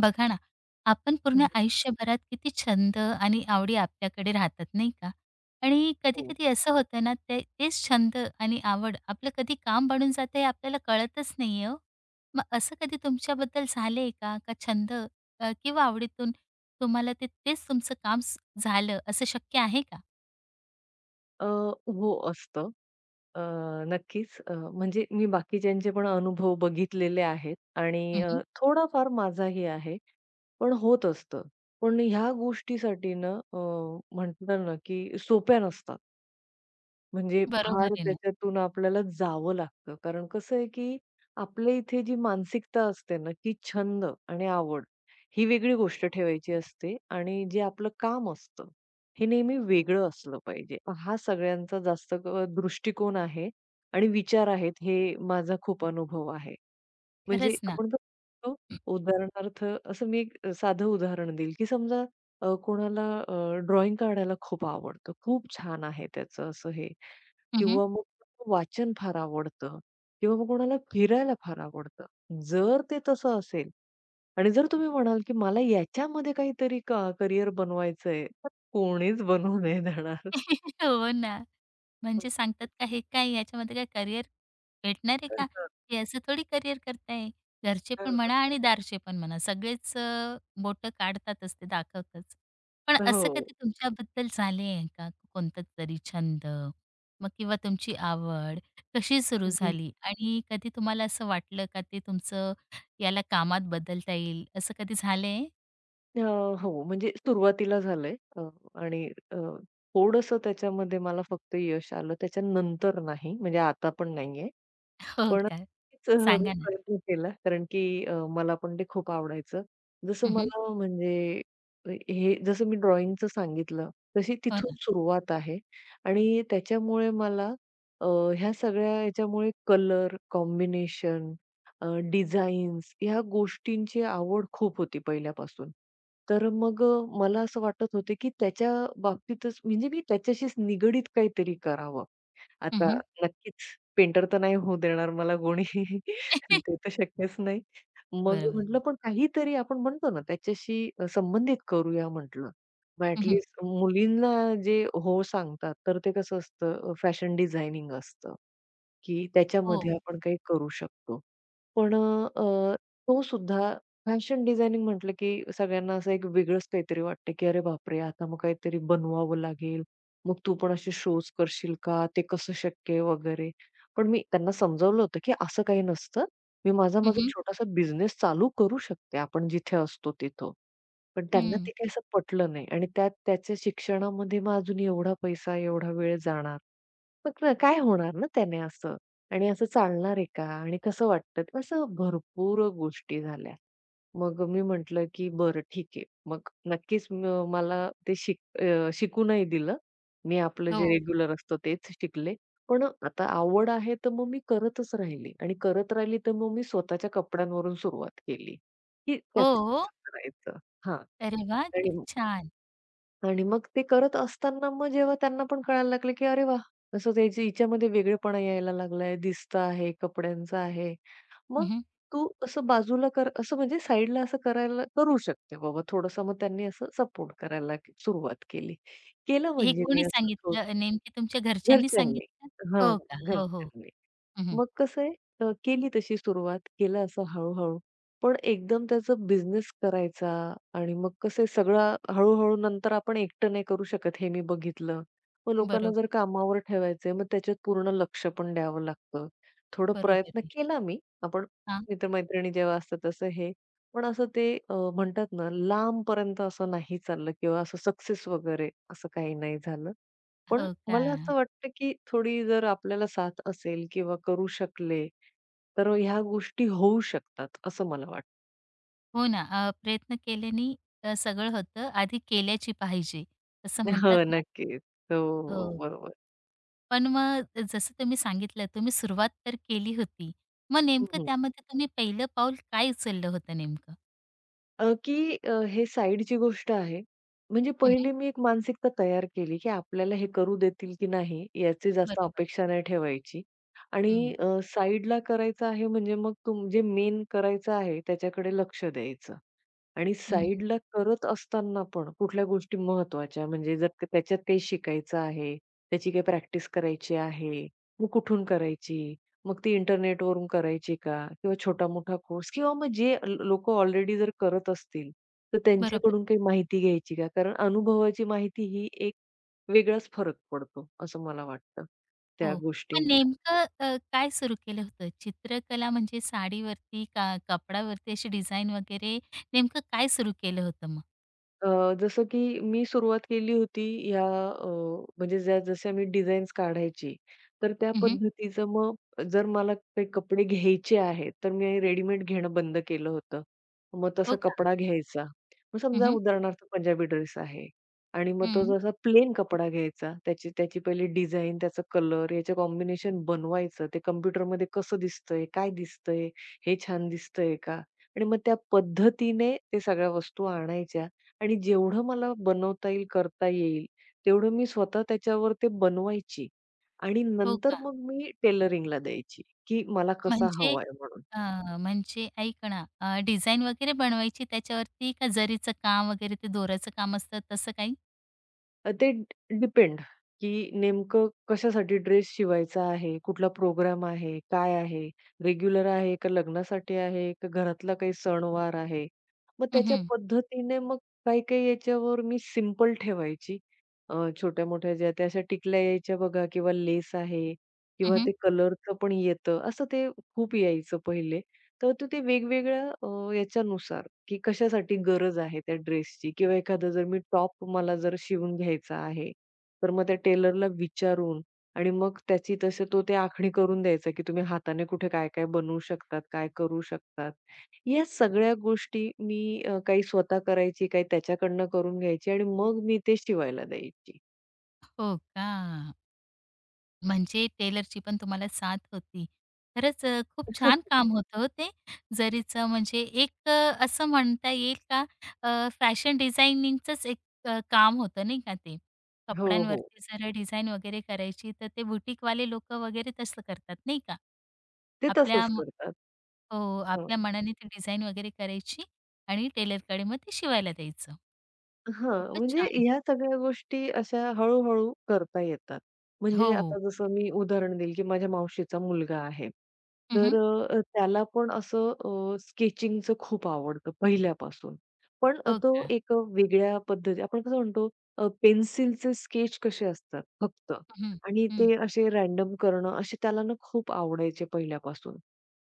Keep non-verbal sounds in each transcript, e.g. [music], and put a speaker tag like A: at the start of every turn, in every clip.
A: बघा ना, आपण पूर्ण
B: हं,
A: आयुष्यभरात किती छंद आणि आवडी आपल्याकडे राहतात, नाही का? आणि
B: हो.
A: कधी-कधी असं होतं ना, ते तेच छंद आणि आवड आपलं कधी काम बनून जातं हे आपल्याला कळतच नाहीये हो. मग असं कधी तुमच्याबद्दल झालंय का? का छंद किंवा आवडीतून तुम्हाला ते तेच तुमचं काम स झालं असं शक्य आहे का?
B: अ, हो असतं. अ, नक्कीच म्हणजे मी बाकीच्यांचे पण अनुभव बघितलेले आहेत आणि
A: हं.
B: थोडाफार माझाही आहे. पण होत असतं. पण ह्या गोष्टीसाठी ना, म्हणतात ना, की सोप्या नसतात. म्हणजे
A: बरोबर
B: फार
A: आहे ना.
B: त्याच्यातून आपल्याला जावं लागतं. कारण कसं आहे, की आपल्या इथे जी मानसिकता असते ना, की छंद आणि आवड ही वेगळी गोष्ट ठेवायची असते आणि जे आपलं काम असतं, हे नेहमी वेगळं असलं पाहिजे. हा सगळ्यांचा जास्त दृष्टिकोन आहे आणि विचार आहेत, हे माझा खूप अनुभव आहे. म्हणजे
A: खरंच ना.
B: आपण बघतो
A: हं.
B: उदाहरणार्थ असं मी एक साधं उदाहरण देईल, की समजा कोणाला ड्रॉइंग काढायला खूप आवडतं. खूप छान आहे त्याचं असं हे. किंवा मग वाचन फार आवडतं किंवा मग कोणाला फिरायला फार आवडतं. जर ते तसं असेल आणि जर तुम्ही म्हणाल, की मला याच्यामध्ये काहीतरी करियर बनवायचंय, तर कोणीच बनवू नाही देणार.
A: [laughs] हो ना. म्हणजे सांगतात का हे काय याच्यामध्ये काय करिअर भेटणार आहे का? हे
B: [laughs]
A: असं थोडी करिअर करताय. घरचे पण म्हणा आणि दारचे पण म्हणा सगळेच बोटं काढतातच ते दाखवतच. पण असं
B: हो.
A: कधी तुमच्याबद्दल झाले आहे का? कोणता तरी छंद मग किंवा तुमची आवड कशी सुरू
B: हं.
A: झाली आणि कधी तुम्हाला असं वाटलं का ते तुमचं याला कामात बदलता येईल असं कधी झालंय?
B: अ, हो, म्हणजे सुरुवातीला झालंय, आणि अ, थोडंसं त्याच्यामध्ये मला फक्त यश आलं. त्याच्यानंतर नाही, म्हणजे आता पण नाहीये.
A: हो
B: पण
A: का?
B: नक्कीच मी
A: सांगा ना.
B: प्रयत्न केला कारण की मला पण ते खूप आवडायचं. जसं
A: हं.
B: मला म्हणजे हे जसं मी ड्रॉइंगचं सांगितलं, तशी
A: हो
B: तिथून
A: ना.
B: सुरुवात आहे आणि त्याच्यामुळे मला अ, ह्या सगळ्या ह्याच्यामुळे कलर, कॉम्बिनेशन, अ, डिझाईन्स ह्या गोष्टींची आवड खूप होती पहिल्यापासून. तर मग मला असं वाटत होतं की त्याच्या बाबतीतच म्हणजे मी त्याच्याशीच निगडीत काहीतरी करावं. आता
A: हं.
B: नक्कीच पेंटर तर नाही होऊ देणार मला कोणी. [laughs] ते तर शक्यच नाही. मग
A: बरोबर.
B: म्हटलं पण काहीतरी आपण म्हणतो ना त्याच्याशी संबंधित करूया म्हटलं. मग ॲट
A: हं.
B: लीस्ट मुलींना जे हो सांगतात तर ते कसं असतं फॅशन डिझायनिंग असतं. की
A: हो.
B: त्याच्यामध्ये आपण काही करू शकतो. पण तो सुद्धा फॅशन डिझायनिंग म्हटलं की सगळ्यांना असं एक वेगळंच काहीतरी वाटतं, की "अरे बापरे! आता मग काहीतरी बनवावं लागेल. मग तू पण असे शोज करशील का? ते कसं शक्य आहे?" वगैरे. पण मी त्यांना समजावलं होतं, की असं काही नसतं. मी माझा
A: हं,
B: माझा
A: हं.
B: छोटासा बिझनेस चालू करू शकते आपण जिथे असतो तिथं. पण त्यांना
A: हं.
B: ते काही असं पटलं नाही आणि त्यात त्याच्या शिक्षणामध्ये मग अजून एवढा पैसा, एवढा वेळ जाणार. मग काय होणार ना त्याने असं? आणि असं चालणार आहे का? आणि कसं वाटतं? असं भरपूर गोष्टी झाल्या. मग मी म्हटलं, की "बरं ठीक आहे." मग नक्कीच मला ते शिकू नाही दिलं. मी आपलं जे
A: हो.
B: रेग्युलर असतं तेच शिकले. पण आता आवड आहे तर मग मी करतच राहिली आणि करत राहिली तर मग मी स्वतःच्या कपड्यांवरून सुरुवात केली, की
A: हो,
B: त्याचं
A: हो.
B: कसं करायचं हां.
A: अरे वाह!
B: आणि
A: किती छान.
B: आणि मग ते करत असताना मग जेव्हा त्यांना पण कळायला लागलं, की अरे वाह! असं त्याची हिच्यामध्ये वेगळेपणा यायला लागलाय, दिसतं आहे, कपड्यांचा आहे.
A: हं,
B: मग
A: हं.
B: तू असं बाजूला कर असं म्हणजे साइडला असं करायला करू शकते बाबा थोडंसं. मग त्यांनी असं सपोर्ट करायला सुरुवात केली. केलं
A: हे
B: म्हणजे मी
A: कोणी
B: असं थोडं
A: सांगितलं? नेमके तुमच्या घरच्यांनी
B: घरच्यांनी.
A: सांगितलं?
B: हां,
A: हो का? हो, हो.
B: घरच्यांनी.
A: हं, हं.
B: मग कसं आहे केली तशी सुरुवात, केलं असं हळू-हळू. पण एकदम त्याचं बिझनेस करायचा आणि मग कसं आहे सगळं हळू नंतर आपण एकटं नाही करू शकत हे मी बघितलं. मग लोकांना
A: बरोबर.
B: जर कामावर ठेवायचंय मग त्याच्यात पूर्ण लक्ष पण द्यावं लागतं. थोडं
A: बरोबर
B: प्रयत्न
A: आहे.
B: केला मी. आपण
A: हां.
B: मित्र जेव्हा असतात तसं हे. पण असं ते म्हणतात ना लांबपर्यंत असं नाही चाललं किंवा असं सक्सेस वगैरे असं काही नाही झालं. पण
A: हो का?
B: मला असं वाटतं, की थोडी जर आपल्याला साथ असेल किंवा करू शकले, तर ह्या गोष्टी होऊ शकतात, असं मला वाटतं.
A: हो ना. प्रयत्न केल्याने सगळं होतं. आधी केल्याची पाहिजे, असं
B: हो,
A: म्हणतात ना.
B: नक्कीच. हो,
A: हो.
B: हो. बरोबर.
A: पण मग जसं तुम्ही सांगितलं, तुम्ही सुरुवात तर केली होती. मग नेमकं
B: हं,
A: त्यामध्ये तुम्ही पहिलं पाऊल काय उचललं होतं नेमकं?
B: की हे साइडची गोष्ट आहे. म्हणजे
A: हं, हं.
B: पहिले मी एक मानसिकता तयार केली, की आपल्याला हे करू देतील की नाही याची जास्त
A: बरोबर.
B: अपेक्षा नाही ठेवायची
A: हं,
B: आणि करायचं आहे म्हणजे मग जे मेन करायचं आहे त्याच्याकडे लक्ष द्यायचं. आणि
A: हं.
B: साईडला करत असताना पण कुठल्या गोष्टी महत्त्वाच्या म्हणजे जर त्याच्यात काही शिकायचं आहे, त्याची काही प्रॅक्टिस करायची आहे, मग कुठून करायची? मग ती इंटरनेटवरून करायची का? किंवा छोटा-मोठा कोर्स किंवा मग जे लोकं ऑलरेडी जर करत असतील, तर
A: बरोबर.
B: त्यांच्याकडून काही माहिती घ्यायची का? कारण अनुभवाची माहिती ही एक वेगळाच फरक पडतो, असं मला वाटतं त्या
A: हो. पण
B: गोष्टीं
A: नेमकं काय सुरू केलं होतं? चित्रकला म्हणजे साडीवरती का कापडावरती अशी डिझाइन वगैरे नेमकं काय सुरू केलं होतं मग?
B: जसं की मी सुरुवात केली होती या म्हणजे ज्या जशा मी डिझाईन्स काढायची, तर त्या
A: हं.
B: पद्धतीचं मग जर मला काही कपडे घ्यायचे आहेत, तर मी रेडीमेड घेणं बंद केलं होतं. मग तसा
A: हो का?
B: कपडा घ्यायचा. मग
A: हं,
B: समजा
A: हं.
B: उदाहरणार्थ पंजाबी ड्रेस आहे आणि मग तो जसा प्लेन कपडा घ्यायचा, त्याची त्याची पहिली डिझाईन, त्याचा कलर, याचं कॉम्बिनेशन बनवायचं. ते कॉम्प्युटरमध्ये कसं दिसतंय, काय दिसतंय, हे छान दिसतंय का? आणि मग त्या पद्धतीने ते सगळ्या वस्तू आणायच्या आणि जेवढं मला बनवता येईल, करता येईल, तेवढं मी स्वतः त्याच्यावर ते बनवायची आणि
A: हो
B: नंतर
A: का?
B: मग मी टेलरिंगला द्यायची, की मला कसा
A: म्हणजे
B: हवाय म्हणून.
A: अ, म्हणजे ऐक ना डिझाइन वगैरे बनवायची त्याच्यावरती का जरीचं काम वगैरे ते दोराचं काम असतं तसं काही?
B: ते डिपेंड, की नेमकं कशासाठी ड्रेस शिवायचा आहे, कुठला प्रोग्राम आहे, काय आहे, रेग्युलर आहे का लग्नासाठी आहे का घरातला काही सणवार आहे. मग
A: हं,
B: त्याच्या
A: हं.
B: पद्धतीने मग काही-काही याच्यावर मी सिंपल ठेवायची. अ, छोट्या-मोठ्या ज्या त्या अशा टिकल्या यायच्या बघा किंवा लेस आहे किंवा ते कलरचं पण येतं. असं ते खूप यायचं पहिले. तर ते ते वेगवेगळ्या याच्यानुसार. की कशासाठी गरज आहे त्या ड्रेसची किंवा एखादा जर मी टॉप मला जर शिवून घ्यायचा आहे, तर मग त्या टेलरला विचारून आणि मग त्याची तसं तो ते आखणी करून द्यायचा, की तुम्ही हाताने कुठे काय-काय बनवू शकतात, काय करू शकतात. या सगळ्या गोष्टी मी काही स्वतः करायची, काही त्याच्याकडनं करून घ्यायची आणि मग मी ते शिवायला द्यायची.
A: हो का? म्हणजे टेलरची पण तुम्हाला साथ होती. खरंच खूप छान
B: [laughs]
A: काम होतं हो ते जरीचं म्हणजे एक असं म्हणता येईल का फॅशन डिझायनिंगचंच एक काम होतं नाही का ते?
B: हो, हो.
A: कपड्यांवरती जर डिझाइन वगैरे करायची तर ते बुटीकवाले लोकं वगैरे तसं करतात नाही का?
B: ते
A: आपल्या
B: तसंच
A: म
B: करतात.
A: हो,
B: हो.
A: आपल्या मनाने ती डिझाइन वगैरे करायची आणि टेलरकडे मग ते शिवायला द्यायचं.
B: हां,
A: खूपच
B: म्हणजे
A: छान होतं.
B: ह्या सगळ्या गोष्टी अशा हळू-हळू करता येतात. म्हणजे
A: हो.
B: आता जसं मी उदाहरण देईल, की माझ्या मावशीचा मुलगा आहे. तर
A: हं.
B: त्याला पण असं स्केचिंगचं खूप आवडतं पहिल्यापासून. पण
A: हो
B: तो
A: का?
B: एक वेगळ्या पद्धती आपण कसं म्हणतो पेन्सिलचे स्केच कसे असतात फक्त
A: हं, हं.
B: आणि
A: हं.
B: ते असे रॅन्डम करणं असे त्याला ना खूप आवडायचे पहिल्यापासून.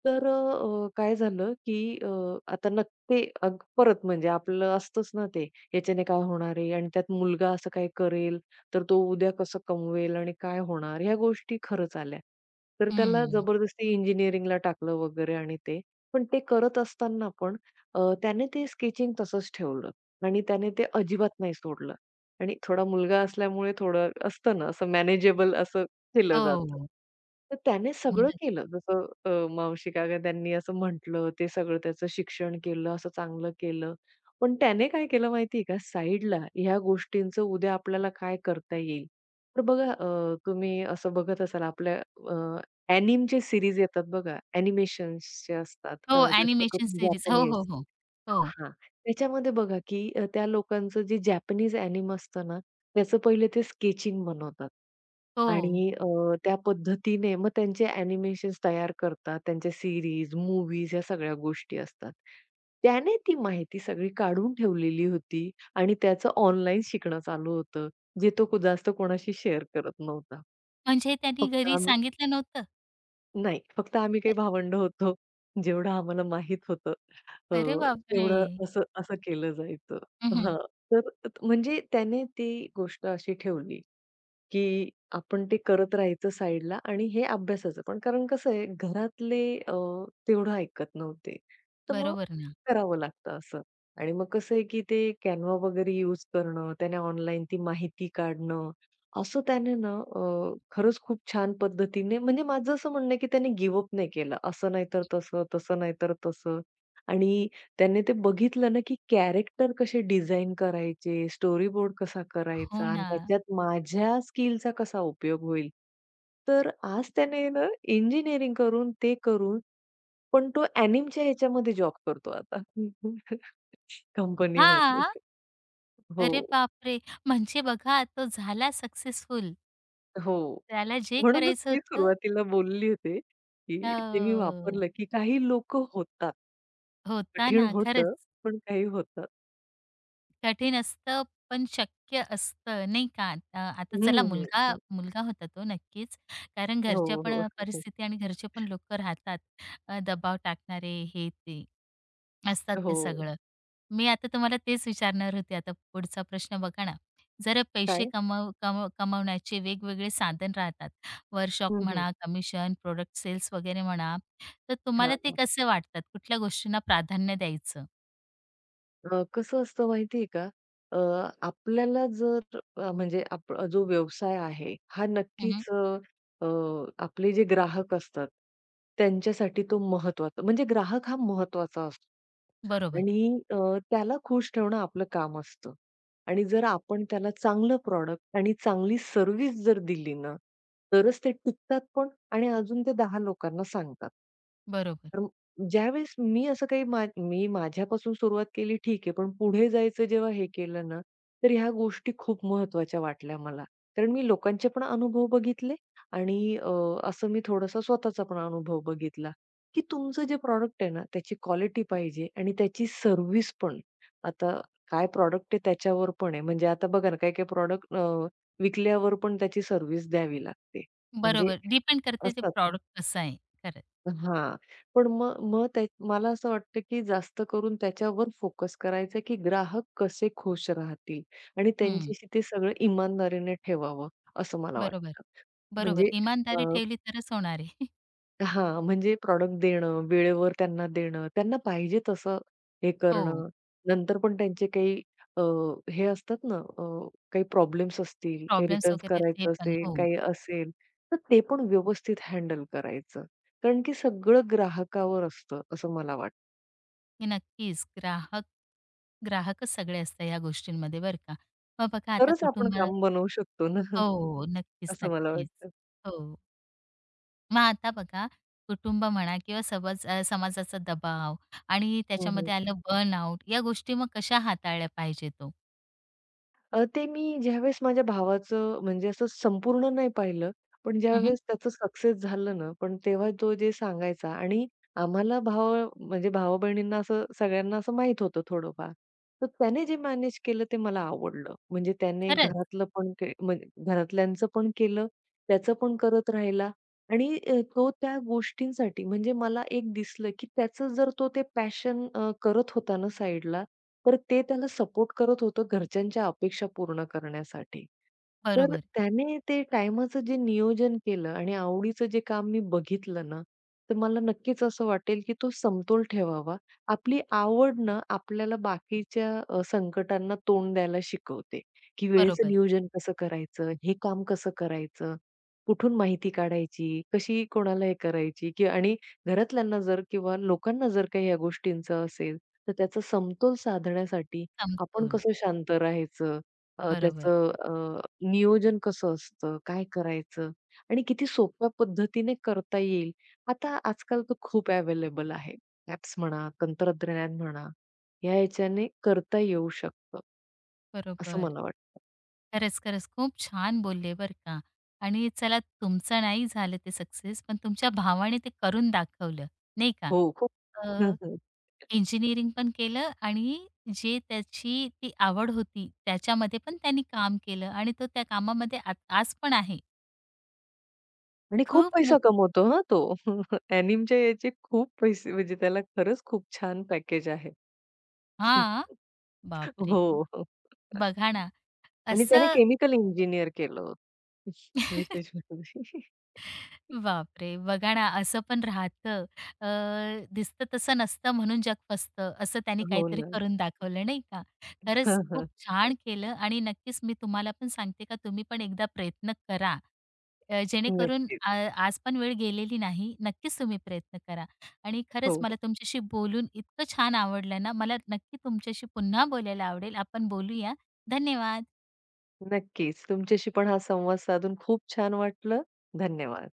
B: तर काय झालं, की आता ते अग परत म्हणजे आपलं असतंच ना ते याच्याने काय होणार आहे आणि त्यात मुलगा असं काय करेल, तर तो उद्या कसं कमवेल आणि काय होणार? ह्या गोष्टी खरंच आल्या. तर त्याला जबरदस्ती इंजिनिअरिंगला टाकलं वगैरे आणि ते. पण ते करत असताना पण त्याने ते स्केचिंग तसंच ठेवलं आणि त्याने ते अजिबात नाही सोडलं आणि थोडा मुलगा असल्यामुळे थोडं असतं ना, असं मॅनेजेबल असं केलं जातं.
A: हो.
B: तर त्याने सगळं केलं. जसं मावशी काका त्यांनी असं म्हटलं, ते सगळं त्याचं शिक्षण केलं, असं चांगलं केलं. पण त्याने काय केलं माहिती का, साईडला ह्या गोष्टींचं उद्या आपल्याला काय करता येईल. तर बघा तुम्ही असं बघत असाल आपल्या अ, चे सीरीज येतात बघा, ॲनिमेशन्सचे असतात
A: हो,
B: जास्त
A: ॲनिमेशन
B: करून
A: सीरीज. हो,
B: जॅपनीज.
A: हो, हो. हो,
B: हां. त्याच्यामध्ये बघा, की त्या लोकांचं जे जॅपनीज ॲनिम असतं ना, त्याचं पहिले ते स्केचिंग बनवतात
A: हो.
B: आणि त्या पद्धतीने मग त्यांचे ॲनिमेशन्स तयार करतात. त्यांच्या सीरीज, मूव्हीज या सगळ्या गोष्टी असतात. त्याने ती माहिती सगळी काढून ठेवलेली होती आणि त्याचं ऑनलाईन शिकणं चालू होतं, जे तो जास्त कोणाशी शेअर करत नव्हता.
A: म्हणजे त्यांनी
B: फक्त
A: घरी
B: आम्ही
A: सांगितलं नव्हतं?
B: नाही, फक्त आम्ही काही
A: अ.
B: भावंड होतो. जेवढं आम्हाला माहित होतं अ,
A: अरे बापरे!
B: तेवढं असं असं केलं जायचं.
A: हं, हं.
B: हां, तर म्हणजे त्याने ती गोष्ट अशी ठेवली, की आपण ते करत राहायचं साईडला आणि हे अभ्यासाचं पण. कारण कसं आहे घरातले तेवढं ऐकत नव्हते. तर मग
A: बरोबर ना.
B: करावं लागतं असं. आणि मग कसं आहे की ते कॅनव्हा वगैरे यूज करणं, त्याने ऑनलाईन ती माहिती काढणं, असं त्याने ना, खरंच खूप छान पद्धतीने म्हणजे माझं असं म्हणणं आहे की त्याने गिव्ह नाही केलं. असं नाहीतर तसं, तसं नाहीतर तसं आणि त्यांनी ते बघितलं ना, की कॅरेक्टर कसे डिझाइन करायचे, स्टोरीबोर्ड कसा
A: हो
B: करायचा आणि
A: ना.
B: त्याच्यात माझ्या स्किलचा कसा उपयोग होईल. तर आज त्याने ना इंजिनिअरिंग करून, ते करून, पण तो अॅनिमच्या ह्याच्यामध्ये जॉब करतो आता. [laughs] कंपनीमध्ये.
A: हां. अरे
B: हो,
A: बापरे! म्हणजे बघा तो झाला सक्सेसफुल.
B: हो.
A: त्याला जे
B: म्हणूनच
A: करायचं
B: मी
A: होतं.
B: सुरुवातीला बोलली होते, की ते मी
A: हो.
B: वापरलं, की काही लोकं होतात.
A: होता
B: कठीण
A: ना खरंच.
B: होतं, पण काही होतात.
A: कठीण असतं, पण शक्य असतं, नाही का? आता
B: हं,
A: चला
B: हं,
A: मुलगा
B: हं.
A: मुलगा होता तो नक्कीच. कारण घरच्या
B: हो,
A: पण
B: हो. [laughs]
A: परिस्थिती आणि घरचे पण लोकं राहतात. दबाव टाकणारे हे ते असतात
B: हो.
A: ते सगळं. मी आता तुम्हाला तेच विचारणार होते. आता पुढचा प्रश्न बघा ना. जर पैसे
B: काय?
A: कमाव कमाव कमावण्याचे वेगवेगळे साधन राहतात. वर्कशॉप
B: हं,
A: म्हणा, कमिशन, प्रॉडक्ट सेल्स वगैरे म्हणा. तर
B: हां,
A: तुम्हाला ते
B: हां.
A: कसे वाटतात? कुठल्या गोष्टींना प्राधान्य द्यायचं?
B: कसं असतं माहिती आहे का? अ, आपल्याला जर म्हणजे जो व्यवसाय आहे, हा
A: हं.
B: नक्कीच अ, अ, आपले जे ग्राहक असतात, त्यांच्यासाठी तो महत्त्वाचा म्हणजे ग्राहक हा महत्त्वाचा असतो
A: बरोबर,
B: आणि त्याला खुश ठेवणं आपलं काम असतं. आणि जर आपण त्याला चांगलं प्रॉडक्ट आणि चांगली सर्व्हिस जर दिली ना, तरच ते टिकतात पण आणि अजून ते 10 लोकांना सांगतात.
A: बरोबर.
B: तर ज्यावेळेस मी असं काही मी माझ्यापासून सुरुवात केली ठीक आहे, पण पुढे जायचं जेव्हा हे केलं ना, तर ह्या गोष्टी खूप महत्त्वाच्या वाटल्या मला. कारण मी लोकांचे पण अनुभव बघितले आणि असं मी थोडासा स्वतःचा पण अनुभव बघितला, की तुमचं जे प्रॉडक्ट आहे ना, त्याची क्वालिटी पाहिजे आणि त्याची सर्व्हिस पण. आता काय प्रॉडक्ट आहे त्याच्यावर पण आहे. म्हणजे आता बघा ना, काही-काही प्रॉडक्ट विकल्यावर पण त्याची सर्व्हिस द्यावी लागते. म्हणजे
A: बरोबर. डिपेंड करते ते
B: असतात.
A: प्रॉडक्ट कसं आहे. खरंच.
B: हां. पण मग मग त्या मला असं वाटतं, की जास्त करून त्याच्यावर फोकस करायचा, की ग्राहक कसे खुश राहतील आणि
A: हं.
B: त्यांच्याशी ते सगळं इमानदारीने ठेवावं, असं मला
A: बरोबर,
B: वाटतं.
A: बरोबर.
B: म्हणजे अ
A: इमानदारी ठेवली तरच होणार आहे. [laughs]
B: हां, म्हणजे प्रॉडक्ट देणं, वेळेवर त्यांना देणं, त्यांना पाहिजे तसं हे
A: हो.
B: करणं. नंतर पण त्यांचे काही अ, हे असतात ना, काही प्रॉब्लेम्स असतील, काही
A: प्रॉब्लेम्स
B: रिटर्न्स
A: वगैरे ते
B: करायचं
A: पण.
B: असेल,
A: हो.
B: काही असेल, तर ते पण व्यवस्थित हँडल करायचं. कारण की सगळं ग्राहकावर असतं, असं मला वाटतं.
A: हे नक्कीच. ग्राहकच सगळे असतात ह्या गोष्टींमध्ये बरं का. मग बघा आता
B: तरच आपण
A: कुटुंब.
B: काम बनवू शकतो ना, [laughs]
A: हो. नक्कीच,
B: असं मला
A: नक्कीच.
B: वाटतं.
A: हो. मग आता बघा कुटुंब म्हणा किंवा समज समाजाचा दबाव आणि त्याच्यामध्ये आलं बर्नआउट या गोष्टी मग कशा हाताळल्या पाहिजेत ओ?
B: ते मी ज्यावेळेस माझ्या भावाचं म्हणजे असं संपूर्ण नाही पाहिलं, पण
A: हं.
B: ज्यावेळेस त्याचं सक्सेस झालं ना, पण तेव्हा तो जे सांगायचा आणि आम्हाला भाव म्हणजे भावा-बहिणींना असं सगळ्यांना असं माहीत होतं थोडंफार. तर त्याने जे मॅनेज केलं ते मला आवडलं. म्हणजे त्याने
A: खरंच.
B: घरातलं पण के म्हणजे घरातल्यांचं पण केलं, त्याचं पण करत राहिला आणि तो त्या गोष्टींसाठी म्हणजे मला एक दिसलं, की त्याचं जर तो ते पॅशन करत होता ना साईडला, तर ते त्याला सपोर्ट करत होतं घरच्यांच्या अपेक्षा पूर्ण करण्यासाठी. तर
A: बरोबर,
B: त्याने ते टाईमाचं जे नियोजन केलं आणि आवडीचं जे काम मी बघितलं ना, तर मला नक्कीच असं वाटेल, की तो समतोल ठेवावा. आपली आवड ना आपल्याला बाकीच्या संकटांना तोंड द्यायला शिकवते, की वेळेचं
A: बरोबर.
B: नियोजन कसं करायचं, हे काम कसं करायचं, कुठून माहिती काढायची, कशी कोणाला हे करायची, की आणि घरातल्यांना जर किंवा लोकांना जर काही या गोष्टींचं असेल, तर त्याचा समतोल साधण्यासाठी आपण
A: समतोल.
B: कसं शांत राहायचं? अ,
A: बरोबर.
B: त्याचं अ, नियोजन कसं असतं? काय करायचं? आणि किती सोप्या पद्धतीने करता येईल? आता आजकाल तर खूप अवेलेबल आहे. ॲप्स म्हणा, तंत्रज्ञान म्हणा, या ह्याच्याने करता येऊ शकतं, असं
A: बरोबर.
B: मला वाटतं.
A: खरंच, खरंच खूप छान बोलले बरं का. आणि चला तुमचं नाही झालं ते सक्सेस, पण तुमच्या भावाने ते करून दाखवलं, नाही का?
B: हो, खूप
A: हो.
B: [laughs]
A: इंजिनिअरिंग पण केलं आणि जे त्याची ती आवड होती, त्याच्यामध्ये पण त्यांनी काम केलं आणि तो त्या कामामध्ये आज पण आहे.
B: आणि खूप
A: खूप
B: पैसा
A: मो
B: कमवतो हां तो. [laughs] ॲनिमच्या याचे खूप पैसे म्हणजे त्याला खरंच खूप छान पॅकेज आहे.
A: हां.
B: [laughs]
A: बापरे!
B: हो, हो.
A: बघा ना,
B: आणि त्याने
A: असं.
B: केमिकल इंजिनिअर केलं.
A: [laughs]
B: विशेष [laughs] म्हणजे.
A: बापरे! बघा ना, असं पण राहतं. दिसतं तसं नसतं म्हणून जग फसतं, असं त्यांनी
B: हो
A: काहीतरी
B: ना.
A: करून दाखवलं नाही का?
B: [laughs]
A: खरंच
B: हां, हां.
A: खूप छान केलं आणि नक्कीच मी तुम्हाला पण सांगते का तुम्ही पण एकदा प्रयत्न करा. अ, जेणेकरून
B: नक्कीच.
A: आ आज पण वेळ गेलेली नाही. नक्कीच तुम्ही प्रयत्न करा आणि
B: हो,
A: खरंच मला
B: हो.
A: तुमच्याशी बोलून इतकं छान आवडलं ना, मला नक्की तुमच्याशी पुन्हा बोलायला आवडेल. आपण बोलूया. धन्यवाद.
B: नक्कीच. तुमच्याशी पण हा संवाद साधून खूप छान वाटलं. धन्यवाद.